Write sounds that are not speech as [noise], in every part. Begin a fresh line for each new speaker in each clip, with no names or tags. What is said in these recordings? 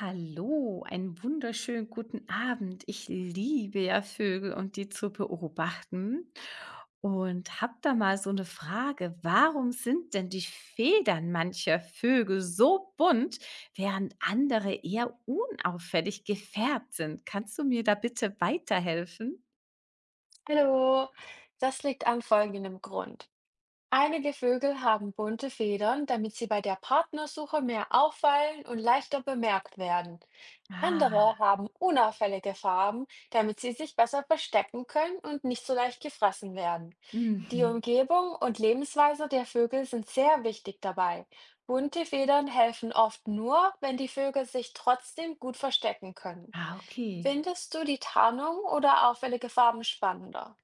Hallo, einen wunderschönen guten Abend. Ich liebe ja Vögel und die zu beobachten. Und hab da mal so eine Frage. Warum sind denn die Federn mancher Vögel so bunt, während andere eher unauffällig gefärbt sind? Kannst du mir da bitte weiterhelfen?
Hallo, das liegt an folgendem Grund. Einige Vögel haben bunte Federn, damit sie bei der Partnersuche mehr auffallen und leichter bemerkt werden. Andere
Ah,
haben unauffällige Farben, damit sie sich besser verstecken können und nicht so leicht gefressen werden. Die
mhm.
Umgebung und Lebensweise der Vögel sind sehr wichtig dabei. Bunte Federn helfen oft nur, wenn die Vögel sich trotzdem gut verstecken können.
Ah, okay.
Findest du die Tarnung oder auffällige Farben spannender?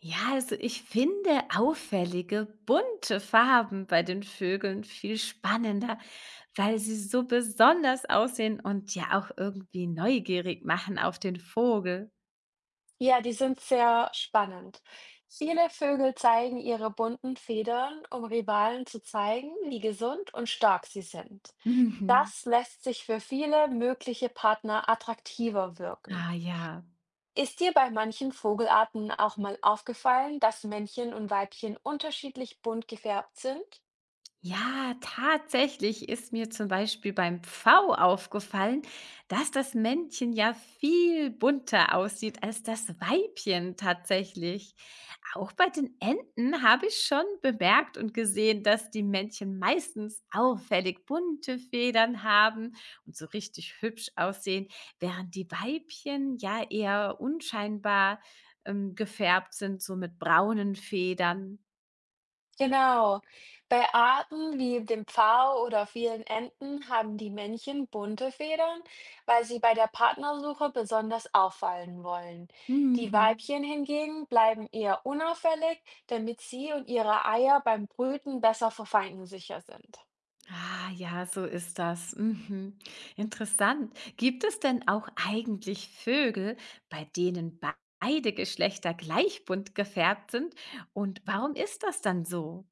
Ja, also ich finde auffällige, bunte Farben bei den Vögeln viel spannender, weil sie so besonders aussehen und ja auch irgendwie neugierig machen auf den Vogel.
Ja, die sind sehr spannend. Viele Vögel zeigen ihre bunten Federn, um Rivalen zu zeigen, wie gesund und stark sie sind.
Mhm.
Das lässt sich für viele mögliche Partner attraktiver wirken.
Ah ja.
Ist dir bei manchen Vogelarten auch mal aufgefallen, dass Männchen und Weibchen unterschiedlich bunt gefärbt sind?
Ja, tatsächlich ist mir zum Beispiel beim Pfau aufgefallen, dass das Männchen ja viel bunter aussieht als das Weibchen tatsächlich. Auch bei den Enten habe ich schon bemerkt und gesehen, dass die Männchen meistens auffällig bunte Federn haben und so richtig hübsch aussehen, während die Weibchen ja eher unscheinbar gefärbt sind, so mit braunen Federn.
Genau. Bei Arten wie dem Pfau oder vielen Enten haben die Männchen bunte Federn, weil sie bei der Partnersuche besonders auffallen wollen. Die
[laughs]
Weibchen hingegen bleiben eher unauffällig, damit sie und ihre Eier beim Brüten besser vor Feinden sicher sind.
Ah, ja, so ist das. Mhm. Interessant. Gibt es denn auch eigentlich Vögel, bei denen beide Geschlechter gleich bunt gefärbt sind? Und warum ist das dann so?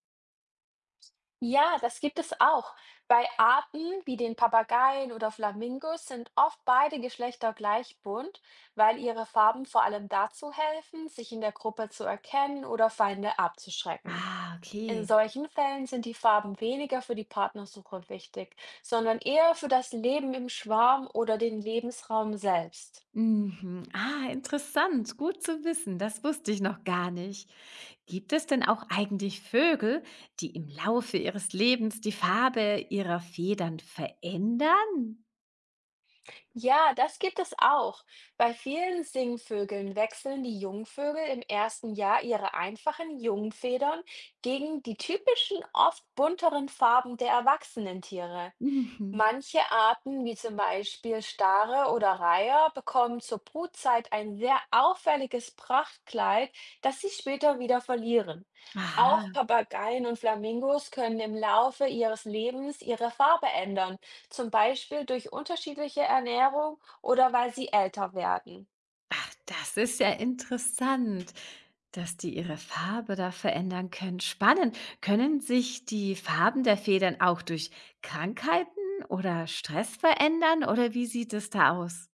Ja, das gibt es auch. Bei Arten wie den Papageien oder Flamingos sind oft beide Geschlechter gleich bunt, weil ihre Farben vor allem dazu helfen, sich in der Gruppe zu erkennen oder Feinde abzuschrecken.
Ah,
In
okay.
solchen Fällen sind die Farben weniger für die Partnersuche wichtig, sondern eher für das Leben im Schwarm oder den Lebensraum selbst.
Mhm. Ah, interessant. Gut zu wissen. Das wusste ich noch gar nicht. Gibt es denn auch eigentlich Vögel, die im Laufe ihres Lebens die Farbe ihrer Federn verändern?
Ja, das gibt es auch. Bei vielen Singvögeln wechseln die Jungvögel im ersten Jahr ihre einfachen Jungfedern gegen die typischen, oft bunteren Farben der erwachsenen Tiere.
Mhm.
Manche Arten, wie zum Beispiel Stare oder Reiher, bekommen zur Brutzeit ein sehr auffälliges Prachtkleid, das sie später wieder verlieren.
Aha.
Auch Papageien und Flamingos können im Laufe ihres Lebens ihre Farbe ändern, zum Beispiel durch unterschiedliche Ernährung oder weil sie älter werden.
Ach, das ist ja interessant, dass die ihre Farbe da verändern können. Spannend. Können sich die Farben der Federn auch durch Krankheiten oder Stress verändern oder wie sieht es da aus?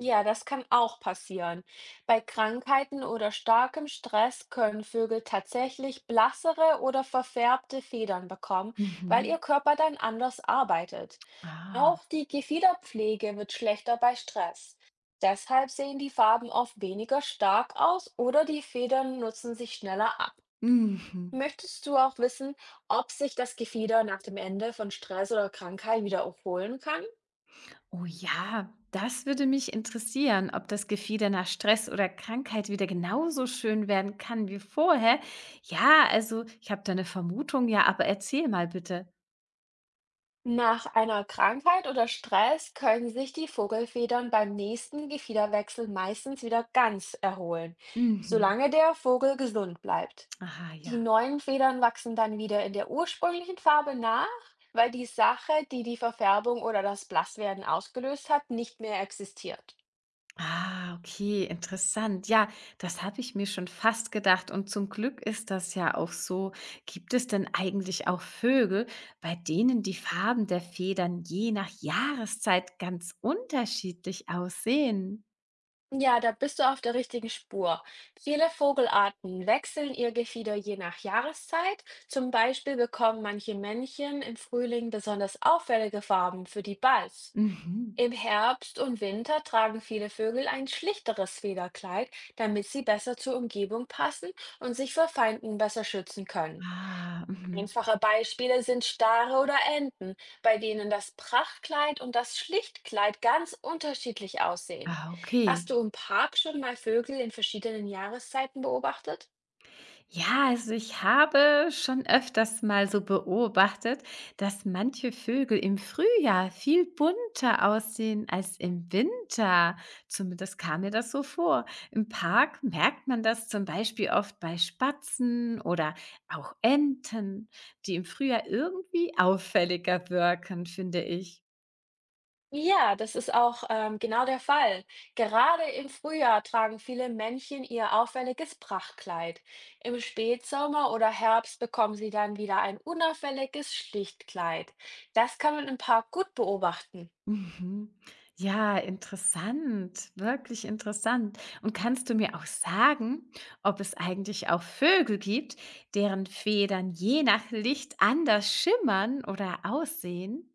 Ja, das kann auch passieren. Bei Krankheiten oder starkem Stress können Vögel tatsächlich blassere oder verfärbte Federn bekommen, weil
Mhm.
ihr Körper dann anders arbeitet.
Ah.
Auch die Gefiederpflege wird schlechter bei Stress. Deshalb sehen die Farben oft weniger stark aus oder die Federn nutzen sich schneller ab.
Mhm.
Möchtest du auch wissen, ob sich das Gefieder nach dem Ende von Stress oder Krankheit wieder erholen kann?
Oh ja, das würde mich interessieren, ob das Gefieder nach Stress oder Krankheit wieder genauso schön werden kann wie vorher. Ja, also ich habe da eine Vermutung, ja, aber erzähl mal bitte.
Nach einer Krankheit oder Stress können sich die Vogelfedern beim nächsten Gefiederwechsel meistens wieder ganz erholen,
Mhm.
solange der Vogel gesund bleibt.
Aha,
Die
ja.
neuen Federn wachsen dann wieder in der ursprünglichen Farbe nach, weil die Sache, die die Verfärbung oder das Blasswerden ausgelöst hat, nicht mehr existiert.
Ah, okay, interessant. Ja, das habe ich mir schon fast gedacht. Und zum Glück ist das ja auch so. Gibt es denn eigentlich auch Vögel, bei denen die Farben der Federn je nach Jahreszeit ganz unterschiedlich aussehen?
Ja, da bist du auf der richtigen Spur. Viele Vogelarten wechseln ihr Gefieder je nach Jahreszeit. Zum Beispiel bekommen manche Männchen im Frühling besonders auffällige Farben für die Balz.
Mhm.
Im Herbst und Winter tragen viele Vögel ein schlichteres Federkleid, damit sie besser zur Umgebung passen und sich vor Feinden besser schützen können.
Ah, mhm.
Einfache Beispiele sind Stare oder Enten, bei denen das Prachtkleid und das Schlichtkleid ganz unterschiedlich aussehen.
Ah, okay.
Hast du im Park schon mal Vögel in verschiedenen Jahreszeiten beobachtet?
Ja, also ich habe schon öfters mal so beobachtet, dass manche Vögel im Frühjahr viel bunter aussehen als im Winter. Zumindest kam mir das so vor. Im Park merkt man das zum Beispiel oft bei Spatzen oder auch Enten, die im Frühjahr irgendwie auffälliger wirken, finde ich.
Ja, das ist auch genau der Fall. Gerade im Frühjahr tragen viele Männchen ihr auffälliges Prachtkleid. Im Spätsommer oder Herbst bekommen sie dann wieder ein unauffälliges Schlichtkleid. Das kann man im Park gut beobachten.
Mhm. Ja, interessant, wirklich interessant. Und kannst du mir auch sagen, ob es eigentlich auch Vögel gibt, deren Federn je nach Licht anders schimmern oder aussehen?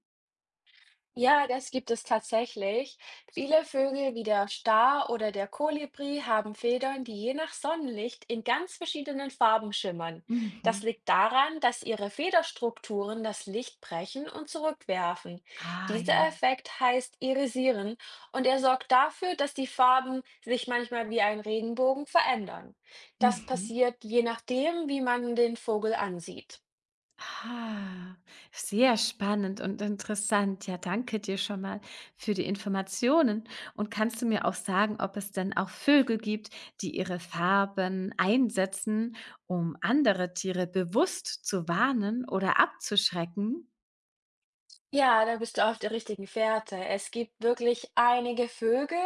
Ja, das gibt es tatsächlich. Viele Vögel wie der Star oder der Kolibri haben Federn, die je nach Sonnenlicht in ganz verschiedenen Farben schimmern. Das
Mhm.
liegt daran, dass ihre Federstrukturen das Licht brechen und zurückwerfen.
Ah
Dieser
ja.
Effekt heißt Irisieren und er sorgt dafür, dass die Farben sich manchmal wie ein Regenbogen verändern. Das
Mhm.
passiert je nachdem, wie man den Vogel ansieht.
Ah, sehr spannend und interessant. Ja, danke dir schon mal für die Informationen. Und kannst du mir auch sagen, ob es denn auch Vögel gibt, die ihre Farben einsetzen, um andere Tiere bewusst zu warnen oder abzuschrecken?
Ja, da bist du auf der richtigen Fährte. Es gibt wirklich einige Vögel,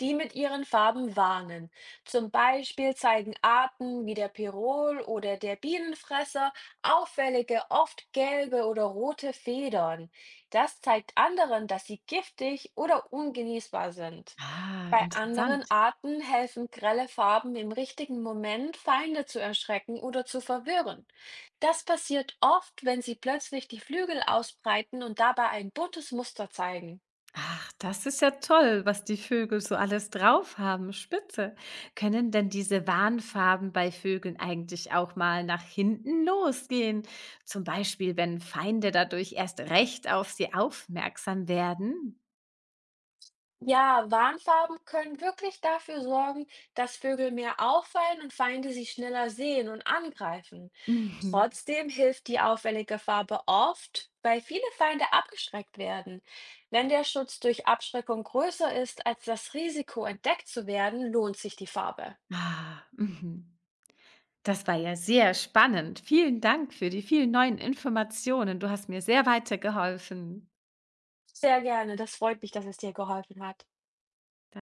die mit ihren Farben warnen. Zum Beispiel zeigen Arten wie der Pirol oder der Bienenfresser auffällige, oft gelbe oder rote Federn. Das zeigt anderen, dass sie giftig oder ungenießbar sind.
Ah,
Bei anderen
interessant.
Arten helfen grelle Farben im richtigen Moment, Feinde zu erschrecken oder zu verwirren. Das passiert oft, wenn sie plötzlich die Flügel ausbreiten und dabei ein buntes Muster zeigen.
Ach, das ist ja toll, was die Vögel so alles drauf haben. Spitze. Können denn diese Warnfarben bei Vögeln eigentlich auch mal nach hinten losgehen? Zum Beispiel, wenn Feinde dadurch erst recht auf sie aufmerksam werden?
Ja, Warnfarben können wirklich dafür sorgen, dass Vögel mehr auffallen und Feinde sie schneller sehen und angreifen.
Mhm.
Trotzdem hilft die auffällige Farbe oft, weil viele Feinde abgeschreckt werden. Wenn der Schutz durch Abschreckung größer ist als das Risiko, entdeckt zu werden, lohnt sich die Farbe.
Ah, mhm. Das war ja sehr spannend. Vielen Dank für die vielen neuen Informationen. Du hast mir sehr weitergeholfen.
Sehr gerne, das freut mich, dass es dir geholfen hat.